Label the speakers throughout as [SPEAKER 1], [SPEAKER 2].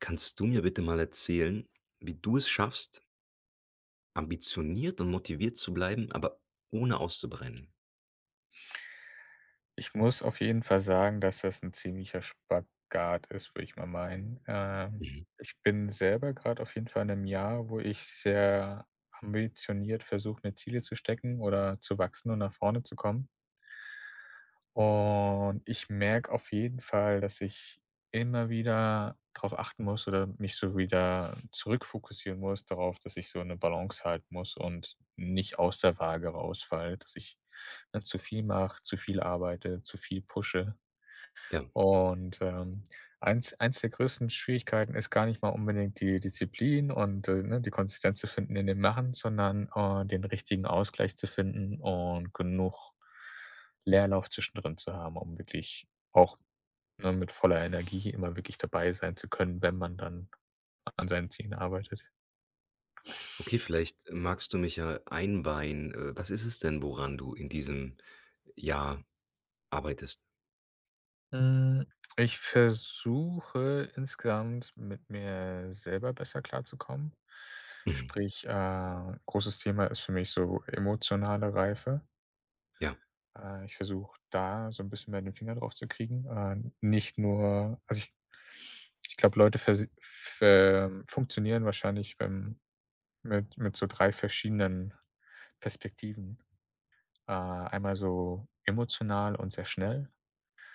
[SPEAKER 1] Kannst du mir bitte mal erzählen, wie du es schaffst, ambitioniert und motiviert zu bleiben, aber ohne auszubrennen?
[SPEAKER 2] Ich muss auf jeden Fall sagen, dass das 'n ziemlicher Spagat ist, würde ich mal meinen.
[SPEAKER 1] Mhm.
[SPEAKER 2] Ich bin selber grad auf jeden Fall in 'nem Jahr, wo ich sehr ambitioniert versuche, mir Ziele zu stecken oder zu wachsen und nach vorne zu kommen. Und ich merke auf jeden Fall, dass ich immer wieder drauf achten muss oder mich so wieder zurückfokussieren muss darauf, dass ich so 'ne Balance halten muss und nicht aus der Waage rausfalle, dass ich, ne, zu viel mache, zu viel arbeite, zu viel pushe.
[SPEAKER 1] Ja,
[SPEAKER 2] Und, eins der größten Schwierigkeiten ist gar nicht mal unbedingt die Disziplin und, ne, die Konsistenz zu finden in dem Machen, sondern, den richtigen Ausgleich zu finden und genug Leerlauf zwischendrin zu haben, um wirklich auch, ne, mit voller Energie immer wirklich dabei sein zu können, wenn man dann an seinen Zielen arbeitet.
[SPEAKER 1] okay, vielleicht magst du mich ja einweihen. Was ist es denn, woran du in diesem Jahr arbeitest?
[SPEAKER 2] Hm, ich versuche insgesamt mit mir selber besser klarzukommen.
[SPEAKER 1] Mhm.
[SPEAKER 2] Sprich, großes Thema ist für mich so emotionale Reife.
[SPEAKER 1] Ja.
[SPEAKER 2] Ich versuche da so ein bisschen mehr den Finger drauf zu kriegen. Nicht nur also, ich glaube, Leute versi ver funktionieren wahrscheinlich beim mit so 3 verschiedenen Perspektiven. Einmal so emotional und sehr schnell.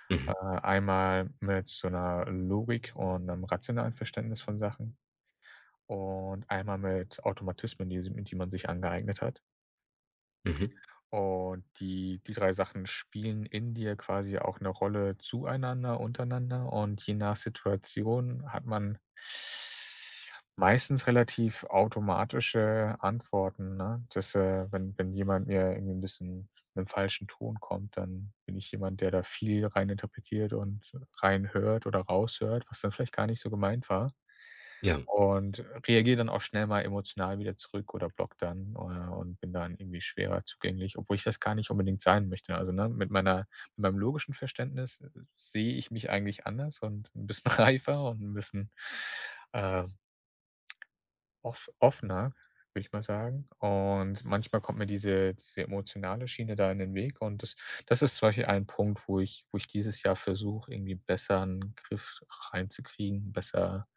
[SPEAKER 1] Mhm.
[SPEAKER 2] Äh, einmal mit so einer Logik und einem rationalen Verständnis von Sachen und einmal mit Automatismen, die sie die man sich angeeignet hat.
[SPEAKER 1] Mhm.
[SPEAKER 2] Und die 3 Sachen spielen in dir quasi auch eine Rolle zueinander, untereinander, und je nach Situation hat man meistens relativ automatische Antworten, ne? Das, wenn jemand mir irgendwie ein bisschen mit'm falschen Ton kommt, dann bin ich jemand, der da viel reininterpretiert und reinhört oder raushört, was dann vielleicht gar nicht so gemeint war.
[SPEAKER 1] Ja.
[SPEAKER 2] Und reagiere dann auch schnell mal emotional wieder zurück oder block dann, und bin dann irgendwie schwerer zugänglich, obwohl ich das gar nicht unbedingt sein möchte. Also, ne, mit meinem logischen Verständnis, sehe ich mich eigentlich anders und ein bisschen reifer und ein bisschen, äh offener, würde ich mal sagen. Und manchmal kommt mir diese emotionale Schiene da in den Weg, und das ist zum Beispiel ein Punkt, wo ich dieses Jahr versuche, irgendwie besser einen Griff reinzukriegen, besser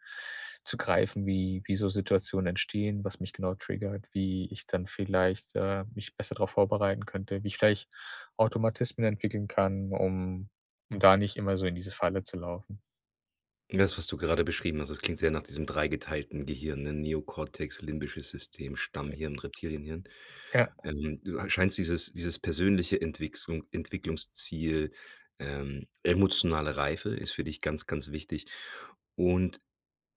[SPEAKER 2] zu greifen, wie so Situationen entstehen, was mich genau triggert, wie ich dann vielleicht, mich besser darauf vorbereiten könnte, wie ich vielleicht Automatismen entwickeln kann, um da nicht immer so in diese Falle zu laufen.
[SPEAKER 1] Das, was du gerade beschrieben hast, das klingt sehr nach diesem dreigeteilten Gehirn, ne? Neokortex, limbisches System, Stammhirn, Reptilienhirn.
[SPEAKER 2] Ja.
[SPEAKER 1] Du scheinst dieses persönliche Entwicklungsziel, emotionale Reife ist für dich ganz, ganz wichtig. Und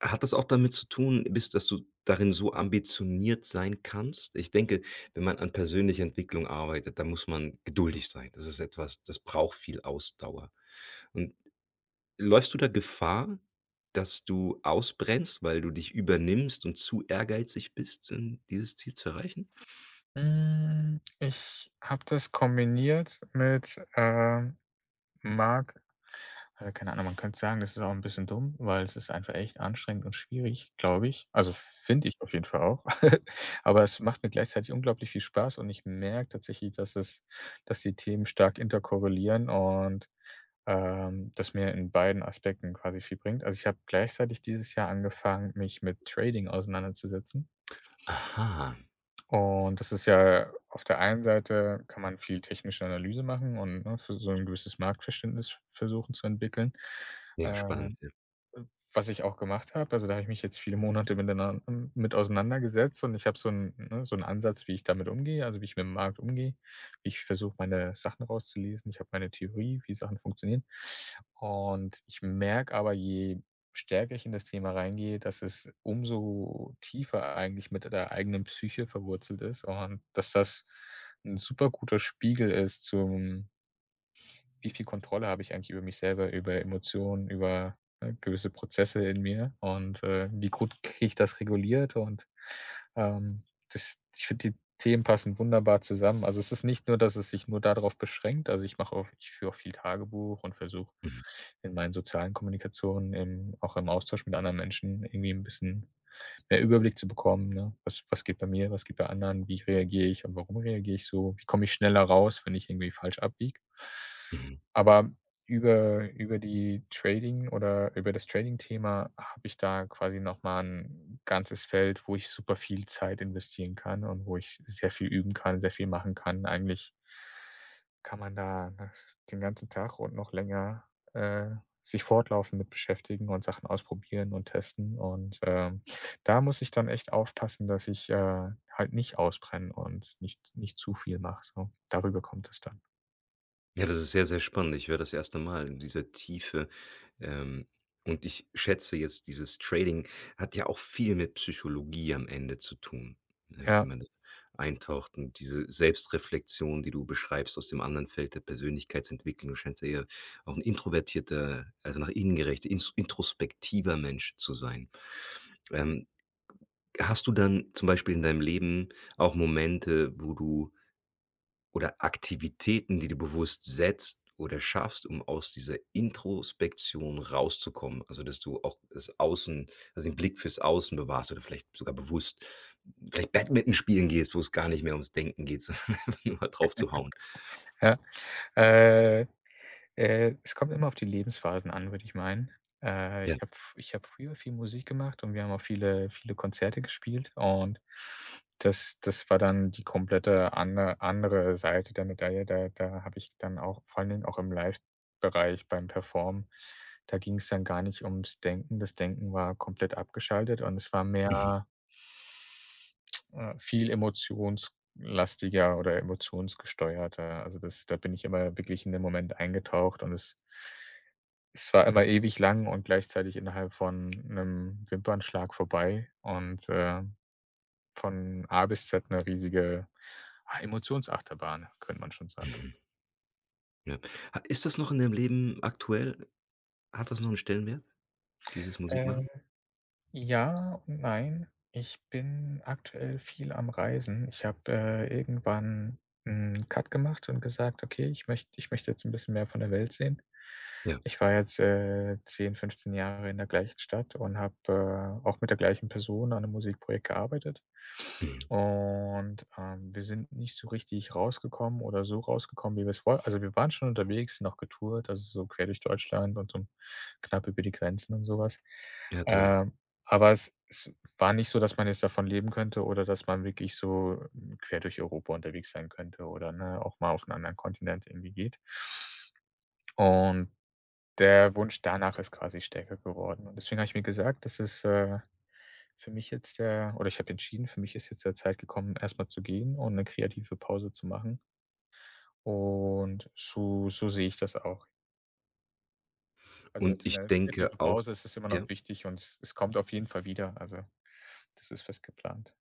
[SPEAKER 1] hat das auch damit zu tun bist dass du darin so ambitioniert sein kannst? Ich denke, wenn man an persönlicher Entwicklung arbeitet, dann muss man geduldig sein. Das ist etwas, das braucht viel Ausdauer. Und Läufst du da Gefahr, dass du ausbrennst, weil du dich übernimmst und zu ehrgeizig bist, dieses Ziel zu erreichen?
[SPEAKER 2] Ich habe das kombiniert mit, mag also, keine Ahnung, man könnte sagen, das ist auch ein bisschen dumm, weil es ist einfach echt anstrengend und schwierig, glaube ich. Also, finde ich auf jeden Fall auch. Aber es macht mir gleichzeitig unglaublich viel Spaß und ich merke tatsächlich, dass die Themen stark interkorrelieren, und, das mir in beiden Aspekten quasi viel bringt. Also, ich habe gleichzeitig dieses Jahr angefangen, mich mit Trading auseinanderzusetzen.
[SPEAKER 1] Aha,
[SPEAKER 2] Und das ist ja, auf der einen Seite kann man viel technische Analyse machen und, ne, für so ein gewisses Marktverständnis versuchen zu entwickeln.
[SPEAKER 1] ja,
[SPEAKER 2] Äh
[SPEAKER 1] spannend, ja.
[SPEAKER 2] was ich auch gemacht habe, also da habe ich mich jetzt viele Monate miteinander mit auseinandergesetzt, und ich habe so einen, ne, so 'n Ansatz, wie ich damit umgehe, also wie ich mit dem Markt umgehe. Wie ich versuche, meine Sachen rauszulesen. Ich habe meine Theorie, wie Sachen funktionieren. Und ich merke aber, je stärker ich in das Thema reingehe, dass es umso tiefer eigentlich mit der eigenen Psyche verwurzelt ist, und dass das ein super guter Spiegel ist zum wie viel Kontrolle habe ich eigentlich über mich selber, über Emotionen, über, ne, gewisse Prozesse in mir und, wie gut kriege ich das reguliert und, ähm, das, ich finde, die Themen passen wunderbar zusammen. Also, es ist nicht nur, dass es sich nur darauf beschränkt. Also, ich führe auch viel Tagebuch und versuche
[SPEAKER 1] Mhm,
[SPEAKER 2] in meinen sozialen Kommunikationen, im auch im Austausch mit anderen Menschen irgendwie ein bisschen mehr Überblick zu bekommen, ne? Was geht bei mir, was geht bei anderen, wie reagiere ich und warum reagiere ich so? Wie komme ich schneller raus, wenn ich irgendwie falsch abbiege?
[SPEAKER 1] mhm.
[SPEAKER 2] Aber über die Trading oder über das Trading-Thema habe ich da quasi noch mal 'n ganzes Feld, wo ich super viel Zeit investieren kann und wo ich sehr viel üben kann, sehr viel machen kann. Eigentlich kann man da, ne, den ganzen Tag und noch länger, äh, sich fortlaufend mit beschäftigen und Sachen ausprobieren und testen. Und, da muss ich dann echt aufpassen, dass ich, halt nicht ausbrenne und nicht zu viel mache so. Darüber kommt es dann.
[SPEAKER 1] Ja, das ist sehr, sehr spannend. Ich höre das erste Mal in dieser Tiefe, ähm, und ich schätze jetzt, dieses Trading hat ja auch viel mit Psychologie am Ende zu tun, ne,
[SPEAKER 2] Ja,
[SPEAKER 1] wenn man da eintaucht und diese Selbstreflexion, die du beschreibst aus dem anderen Feld der Persönlichkeitsentwicklung, du scheinst ja eher auch ein introvertierter, also nach innen gerechter, ins introspektiver Mensch zu sein. Ähm, Hast du dann zum Beispiel in deinem Leben auch Momente, wo du oder Aktivitäten, die du bewusst setzt oder schaffst, um aus dieser Introspektion rauszukommen? Also, dass du auch das Außen also, den Blick fürs Außen bewahrst oder vielleicht sogar bewusst vielleicht Badminton spielen gehst, wo es gar nicht mehr ums Denken geht, sondern einfach nur drauf zu hauen.
[SPEAKER 2] ja. Äh, es kommt immer auf die Lebensphasen an, würde ich meinen. Äh,
[SPEAKER 1] Ja,
[SPEAKER 2] ich habe ich habe früher viel Musik gemacht und wir haben auch viele Konzerte gespielt, und das war dann die komplette andere Seite der Medaille. Da habe ich dann auch vor allen Dingen auch im Live-Bereich beim Performen, da ging es dann gar nicht ums Denken. Das Denken war komplett abgeschaltet und es war
[SPEAKER 1] mhm,
[SPEAKER 2] mehr, viel emotionslastiger oder emotionsgesteuerter. Also, das da bin ich immer wirklich in den Moment eingetaucht, und es war immer ewig lang und gleichzeitig innerhalb von einem Wimpernschlag vorbei und, von A bis Z eine riesige, Emotionsachterbahn, könnte man schon sagen.
[SPEAKER 1] ja. Ha ist das noch in deinem Leben aktuell? Hat das noch einen Stellenwert, dieses Musikmachen?
[SPEAKER 2] Ja und nein. Ich bin aktuell viel am Reisen. Ich habe, irgendwann 'n Cut gemacht und gesagt: „Okay, ich möchte jetzt 'n bisschen mehr von der Welt sehen.“
[SPEAKER 1] Ja,
[SPEAKER 2] Ich war jetzt, 10, 15 Jahre in der gleichen Stadt und habe, auch mit der gleichen Person an 'nem Musikprojekt gearbeitet.
[SPEAKER 1] mhm.
[SPEAKER 2] Und, wir sind nicht so richtig rausgekommen oder so rausgekommen, wie wir es wollten, also, wir waren schon unterwegs, noch getourt, also, so quer durch Deutschland und so knapp über die Grenzen und sowas.
[SPEAKER 1] Ja, toll.
[SPEAKER 2] Ähm, aber es es war nicht so, dass man jetzt davon leben könnte oder dass man wirklich so, quer durch Europa unterwegs sein könnte oder, ne, auch mal auf einen anderen Kontinent irgendwie geht. Und der Wunsch danach ist quasi stärker geworden. Und deswegen habe ich mir gesagt, das ist für mich jetzt der oder ich habe entschieden, für mich ist jetzt der Zeit gekommen, erstmal zu gehen und eine kreative Pause zu machen. Und so sehe ich das auch. Also,
[SPEAKER 1] Und
[SPEAKER 2] jetzt
[SPEAKER 1] ich
[SPEAKER 2] 'ne kreative
[SPEAKER 1] denke auch
[SPEAKER 2] Pause, es immer noch
[SPEAKER 1] ja?
[SPEAKER 2] wichtig und es kommt auf jeden Fall wieder. Also, das ist fest geplant.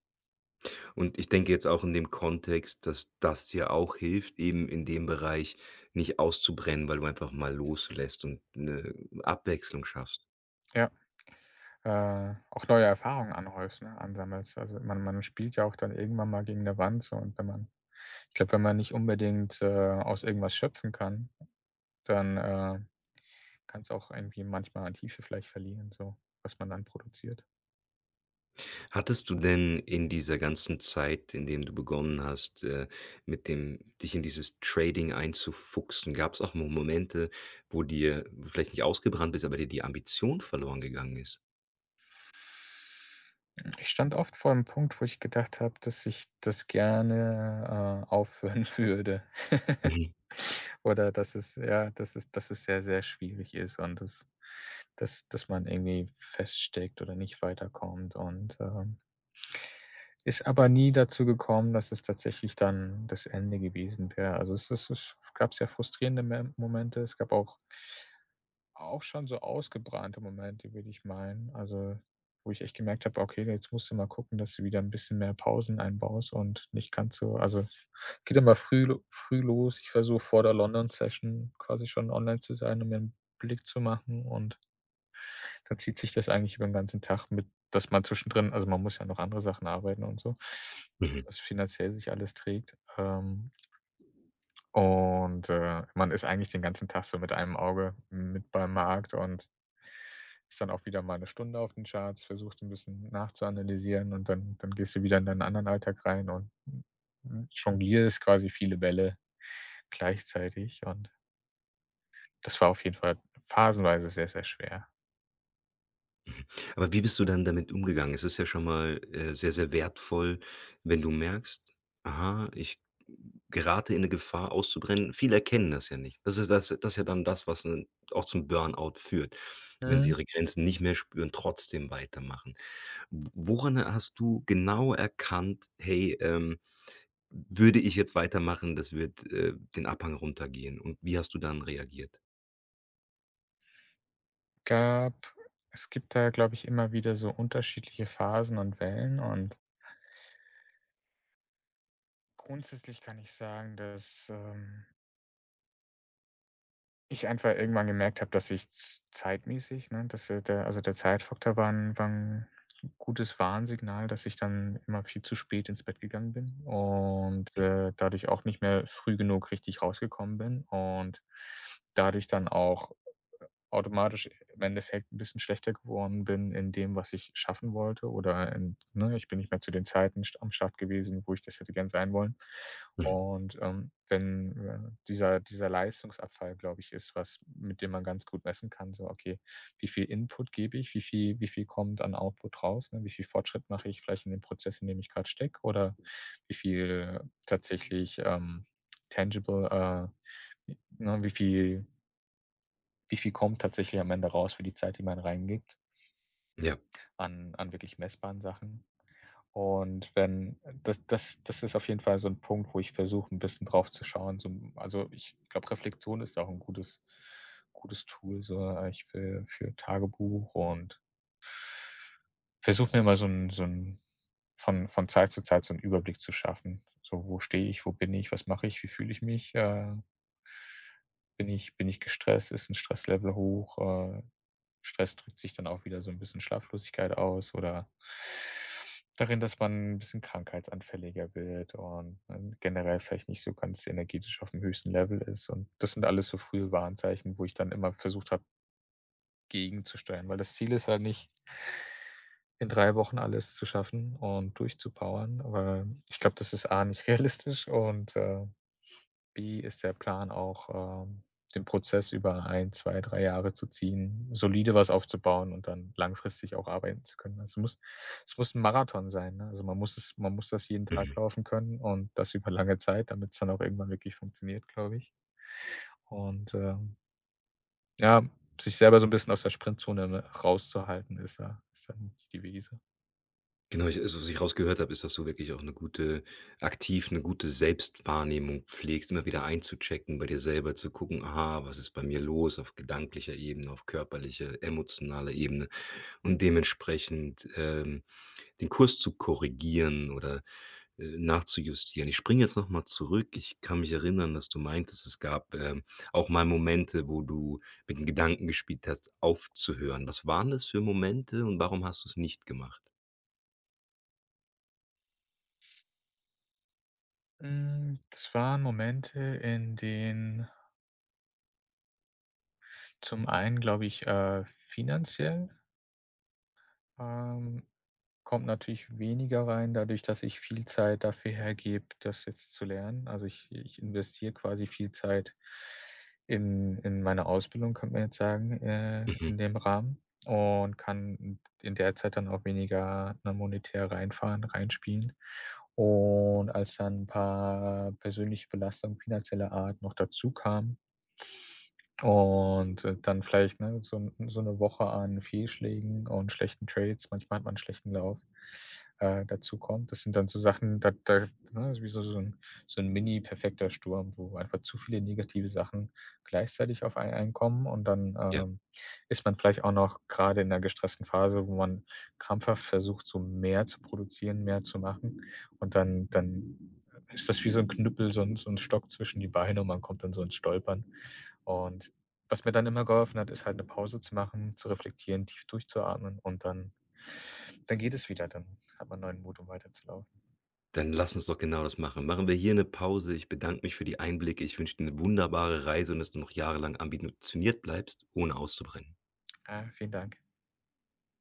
[SPEAKER 1] Und ich denke jetzt auch in dem Kontext, dass das dir auch hilft, eben in dem Bereich nicht auszubrennen, weil du einfach mal loslässt und 'ne Abwechslung schaffst.
[SPEAKER 2] Ja, auch neue Erfahrungen anhäufst, ne, ansammelst. Also, man spielt ja auch dann irgendwann mal gegen eine Wand so, und wenn man ich glaube, wenn man nicht unbedingt, aus irgendwas schöpfen kann, dann, kann es auch irgendwie manchmal an Tiefe vielleicht verlieren, so, was man dann produziert.
[SPEAKER 1] Hattest du denn in dieser ganzen Zeit, in dem du begonnen hast, mit dem dich in dieses Trading einzufuchsen, gab es auch mo Momente, wo dir wo du vielleicht nicht ausgebrannt bist, aber dir die Ambition verloren gegangen ist?
[SPEAKER 2] Ich stand oft vor einem Punkt, wo ich gedacht habe, dass ich das gerne, aufhören würde,
[SPEAKER 1] Mhm,
[SPEAKER 2] oder dass dass es sehr, sehr schwierig ist und dass man irgendwie feststeckt oder nicht weiterkommt und, ist aber nie dazu gekommen, dass es tatsächlich dann das Ende gewesen wäre. Also, es gab sehr frustrierende Me Momente. Es gab auch auch schon so ausgebrannte Momente, würde ich meinen. Also, wo ich echt gemerkt habe: „Okay, jetzt musst du mal gucken, dass du wieder ein bisschen mehr Pausen einbaust und nicht ganz so.“ Also, geht immer früh los. Ich versuche vor der London Session quasi schon online zu sein, um mir 'n Blick zu machen, und dann zieht sich das eigentlich über den ganzen Tag mit, dass man zwischendrin, also, man muss ja noch andere Sachen arbeiten und so,
[SPEAKER 1] mhm.
[SPEAKER 2] dass finanziell sich alles trägt. Und, man ist eigentlich den ganzen Tag so mit einem Auge mit beim Markt und ist dann auch wieder mal 1 Stunde auf den Charts, versuchst ein bisschen nachzuanalysieren, und dann gehst du wieder in deinen anderen Alltag rein und, jonglierst quasi viele Bälle gleichzeitig, und das war auf jeden Fall phasenweise sehr, sehr schwer.
[SPEAKER 1] Aber wie bist du dann damit umgegangen? Es ist ja schon mal, sehr, sehr wertvoll, wenn du merkst: „Aha, ich gerate in eine Gefahr auszubrennen.“ Viele erkennen das ja nicht. Das ist das das ist ja dann das, was 'n auch zum Burnout führt, wenn sie
[SPEAKER 2] Mhm.
[SPEAKER 1] ihre Grenzen nicht mehr spüren, trotzdem weitermachen. W woran hast du genau erkannt: „Hey, würde ich jetzt weitermachen, das wird, den Abhang runtergehen.“ Und wie hast du dann reagiert?
[SPEAKER 2] Gab es gibt da, glaube ich, immer wieder so unterschiedliche Phasen und Wellen, und grundsätzlich kann ich sagen, dass, ich einfach irgendwann gemerkt habe, dass ich z zeitmäßig, ne, dass, der also, der Zeitfaktor war ein war 'n gutes Warnsignal, dass ich dann immer viel zu spät ins Bett gegangen bin und, dadurch auch nicht mehr früh genug richtig rausgekommen bin und dadurch dann auch automatisch im Endeffekt ein bisschen schlechter geworden bin in dem, was ich schaffen wollte, oder in, ne, ich bin nicht mehr zu den Zeiten st am Start gewesen, wo ich das hätte gern sein wollen.
[SPEAKER 1] Mhm.
[SPEAKER 2] Und, wenn, dieser Leistungsabfall, glaube ich, ist was, mit dem man ganz gut messen kann, so: „Okay, wie viel Input gebe ich? Wie viel kommt an Output raus, ne? Wie viel Fortschritt mache ich vielleicht in dem Prozess, in dem ich gerade stecke? Oder wie viel tatsächlich, tangible, ne, wie viel kommt tatsächlich am Ende raus für die Zeit, die man reingibt
[SPEAKER 1] Ja.
[SPEAKER 2] an wirklich messbaren Sachen. Und wenn das das ist auf jeden Fall so ein Punkt, wo ich versuche, ein bisschen drauf zu schauen. So, also, ich glaube, Reflexion ist auch ein gutes gutes Tool, so, ich für Tagebuch und versuche mir mal so ein von Zeit zu Zeit so einen Überblick zu schaffen. So, wo stehe ich, wo bin ich, was mache ich, wie fühle ich mich, bin ich gestresst? Ist 'n Stresslevel hoch? Stress drückt sich dann auch wieder so 'n bisschen Schlaflosigkeit aus, oder darin, dass man 'n bisschen krankheitsanfälliger wird und, generell vielleicht nicht so ganz energetisch aufm höchsten Level ist. Und das sind alles so frühe Warnzeichen, wo ich dann immer versucht habe, gegenzusteuern, weil das Ziel ist halt nicht, in 3 Wochen alles zu schaffen und durchzupowern, weil ich glaube, das ist A nicht realistisch, und, wie ist der Plan auch, ähm, den Prozess über 1, 2, 3 Jahre zu ziehen, solide was aufzubauen und dann langfristig auch arbeiten zu können? Also, muss ein Marathon sein, ne? Also, man muss das jeden Tag
[SPEAKER 1] Mhm.
[SPEAKER 2] laufen können, und das über lange Zeit, damit es dann auch irgendwann wirklich funktioniert, glaube ich. Und, ja, sich selber so ein bisschen aus der Sprintzone, ne, rauszuhalten, ist dann die Devise.
[SPEAKER 1] Genau, ich also, was ich rausgehört habe, ist, dass du wirklich auch eine gute aktiv eine gute Selbstwahrnehmung pflegst, immer wieder einzuchecken bei dir selber, zu gucken: „Aha, was ist bei mir los?“ Auf gedanklicher Ebene, auf körperlicher, emotionaler Ebene und dementsprechend, den Kurs zu korrigieren oder, nachzujustieren. Ich springe jetzt noch mal zurück. Ich kann mich erinnern, dass du meintest, es gab, auch mal Momente, wo du mit dem Gedanken gespielt hast, aufzuhören. Was waren das für Momente und warum hast du es nicht gemacht?
[SPEAKER 2] Das waren Momente, in denen zum einen, glaube ich, finanziell, Ähm, kommt natürlich weniger rein, dadurch, dass ich viel Zeit dafür hergebe, das jetzt zu lernen. Also, ich investiere quasi viel Zeit in meine Ausbildung, könnte man jetzt sagen,
[SPEAKER 1] Mhm.
[SPEAKER 2] in dem Rahmen, und kann in der Zeit dann auch weniger, ne, monetär reinfahren reinspielen. Und als dann ein paar persönliche Belastungen finanzieller Art noch dazu kamen. Und, dann vielleicht, ne, so 'ne Woche an Fehlschlägen und schlechten Trades, manchmal hat man einen schlechten Lauf, dazu kommt. Das sind dann so Sachen, da ne, ist wie so 'n mini-perfekter Sturm, wo einfach zu viele negative Sachen gleichzeitig auf einen einkommen, und dann,
[SPEAKER 1] Ja.
[SPEAKER 2] ist man vielleicht auch noch gerade in 'ner gestressten Phase, wo man krampfhaft versucht, so mehr zu produzieren, mehr zu machen, und dann ist das wie so ein Knüppel, so 'n Stock zwischen die Beine, und man kommt dann so ins Stolpern. Und was mir dann immer geholfen hat, ist halt 'ne Pause zu machen, zu reflektieren, tief durchzuatmen, und dann geht es wieder. Dann hat man neuen Mut, um weiterzulaufen.
[SPEAKER 1] Dann lass uns doch genau das machen. Machen wir hier eine Pause. Ich bedanke mich für die Einblicke. Ich wünsche dir eine wunderbare Reise und dass du noch jahrelang ambitioniert bleibst, ohne auszubrennen.
[SPEAKER 2] Ah, vielen Dank.